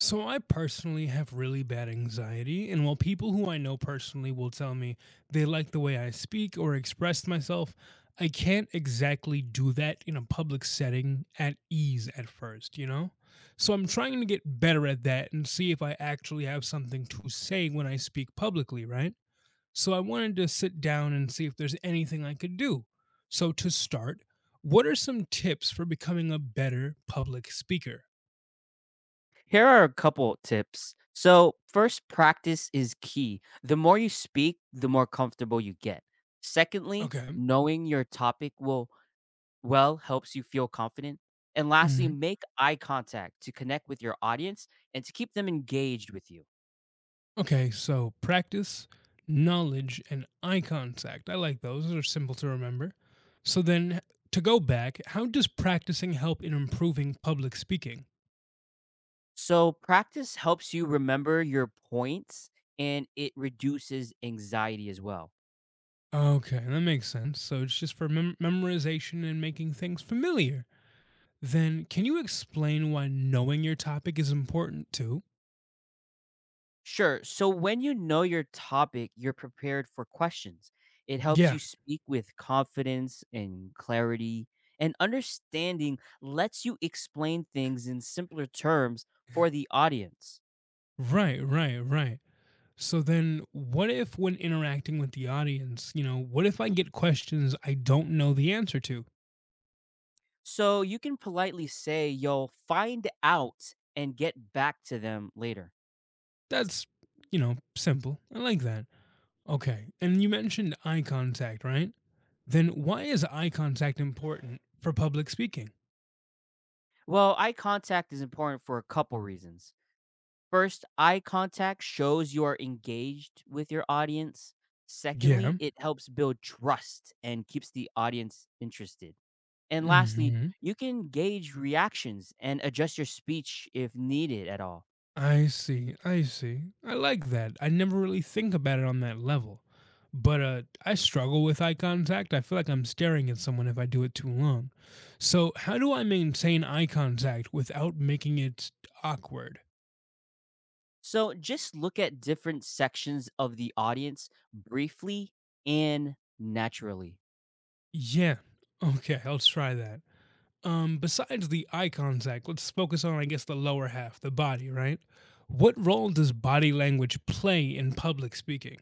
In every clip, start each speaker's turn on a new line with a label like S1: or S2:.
S1: So I personally have really bad anxiety, and while people who I know personally will tell me they like the way I speak or express myself, I can't exactly do that in a public setting at ease at first, you know? So I'm trying to get better at that and see if I actually have something to say when I speak publicly, right? So I wanted to sit down and see if there's anything I could do. So to start, what are some tips for becoming a better public speaker?
S2: Here are a couple tips. So, first, practice is key. The more you speak, the more comfortable you get. Secondly,
S1: Okay.
S2: knowing your topic will well helps you feel confident. And lastly, make eye contact to connect with your audience and to keep them engaged with you.
S1: Okay, so practice, knowledge, and eye contact. I like those. Those are simple to remember. So then, to go back, how does practicing help in improving public speaking?
S2: So, practice helps you remember your points and it reduces anxiety as well.
S1: Okay, that makes sense. So it's just for memorization and making things familiar. Then, can you explain why knowing your topic is important too?
S2: Sure. So when you know your topic, you're prepared for questions. It helps
S1: Yeah,
S2: you speak with confidence and clarity, and understanding lets you explain things in simpler terms for the audience.
S1: right, right, right. So then, what if when interacting with the audience, what if I get questions I don't know the answer to?
S2: So you can politely say you'll find out and get back to them later.
S1: That's, Simple. I like that. Okay. And you mentioned eye contact, right? Then why is eye contact important for public speaking?
S2: Well, eye contact is important for a couple reasons. First, eye contact shows you are engaged with your audience.
S1: Yeah.
S2: Secondly, it helps build trust and keeps the audience interested. And lastly,
S1: hmm
S2: you can gauge reactions and adjust your speech if needed at all.
S1: I see. I see. I like that. I never really think about it on that level. But I struggle with eye contact. I feel like I'm staring at someone if I do it too long. So, how do I maintain eye contact without making it awkward?
S2: So just look at different sections of the audience briefly and naturally.
S1: Yeah. Okay. I'll try that. Besides the eye contact, let's focus on, I guess, the lower half, the body, right? What role does body language play in public speaking?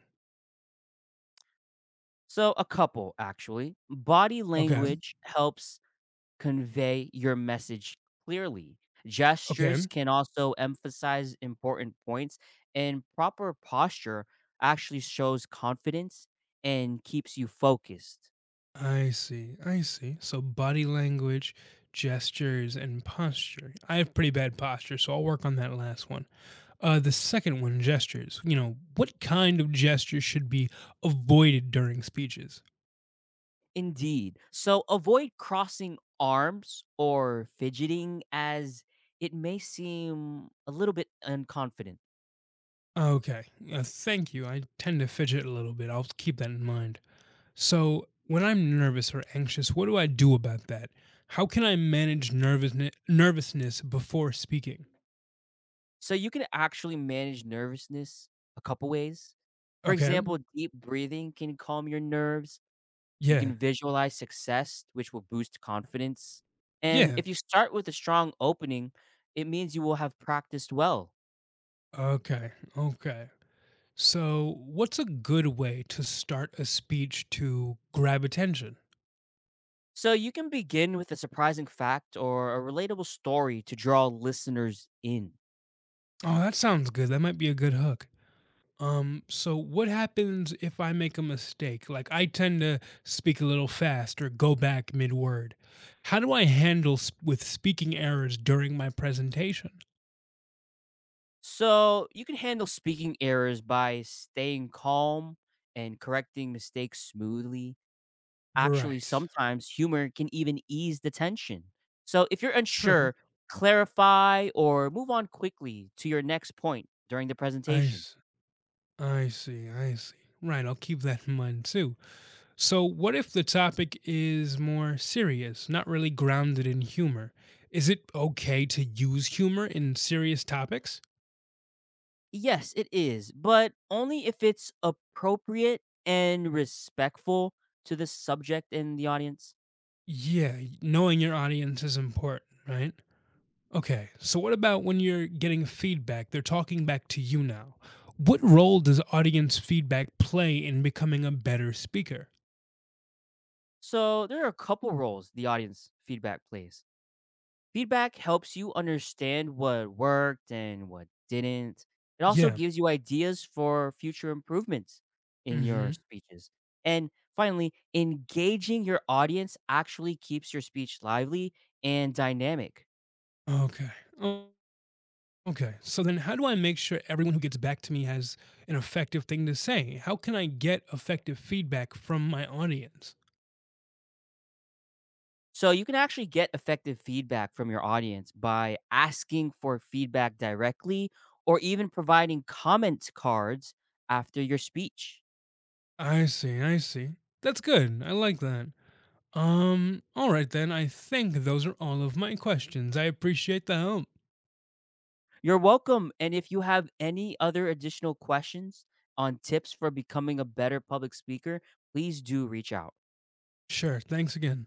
S2: So, a couple actually. Body
S1: Okay,
S2: language helps convey your message clearly. Gestures
S1: okay.
S2: can also emphasize important points, and proper posture actually shows confidence and keeps you focused.
S1: I see, I see. So, body language, gestures, and posture. I have pretty bad posture, so I'll work on that last one. The second one, gestures. You know, what kind of gestures should be avoided during speeches?
S2: Indeed. So avoid crossing arms or fidgeting as it may seem a little bit unconfident.
S1: Okay, thank you. I tend to fidget a little bit. I'll keep that in mind. So, when I'm nervous or anxious, what do I do about that? How can I manage nervousness before speaking?
S2: So you can actually manage nervousness a couple ways. For
S1: Okay.
S2: example, deep breathing can calm your nerves. You
S1: Yeah.
S2: can visualize success, which will boost confidence. And
S1: Yeah.
S2: if you start with a strong opening, it means you will have practiced well.
S1: Okay. Okay. So, what's a good way to start a speech to grab attention?
S2: So you can begin with a surprising fact or a relatable story to draw listeners in.
S1: Oh, that sounds good. That might be a good hook. So what happens if I make a mistake? Like I tend to speak a little fast or go back mid-word. How do I handle with speaking errors during my presentation?
S2: So you can handle speaking errors by staying calm and correcting mistakes smoothly. Actually,
S1: Right.
S2: sometimes humor can even ease the tension. So if you're
S1: True.
S2: unsure, clarify or move on quickly to your next point during the
S1: I
S2: presentation.
S1: s I see, I see. Right, I'll keep that in mind too. So, what if the topic is more serious, not really grounded in humor? Is it okay to use humor in serious topics?
S2: Yes, it is, but only if it's appropriate and respectful to the subject and the audience.
S1: Yeah, knowing your audience is important, right? Okay, so what about when you're getting feedback? They're talking back to you now. What role does audience feedback play in becoming a better speaker?
S2: So there are a couple roles the audience feedback plays. Feedback helps you understand what worked and what didn't. It also
S1: Yeah.
S2: gives you ideas for future improvements in your
S1: Mm
S2: speeches. And finally, engaging your audience actually keeps your speech lively and dynamic.
S1: hmm. Okay. Okay. So then how do I make sure everyone who gets back to me has an effective thing to say? How can I get effective feedback from my audience?
S2: So you can actually get effective feedback from your audience by asking for feedback directly or even providing comment cards after your speech.
S1: I see. I see. That's good. I like that. All right then. I think those are all of my questions. I appreciate the help.
S2: You're welcome. And if you have any other additional questions on tips for becoming a better public speaker, please do reach out.
S1: Sure. Thanks again.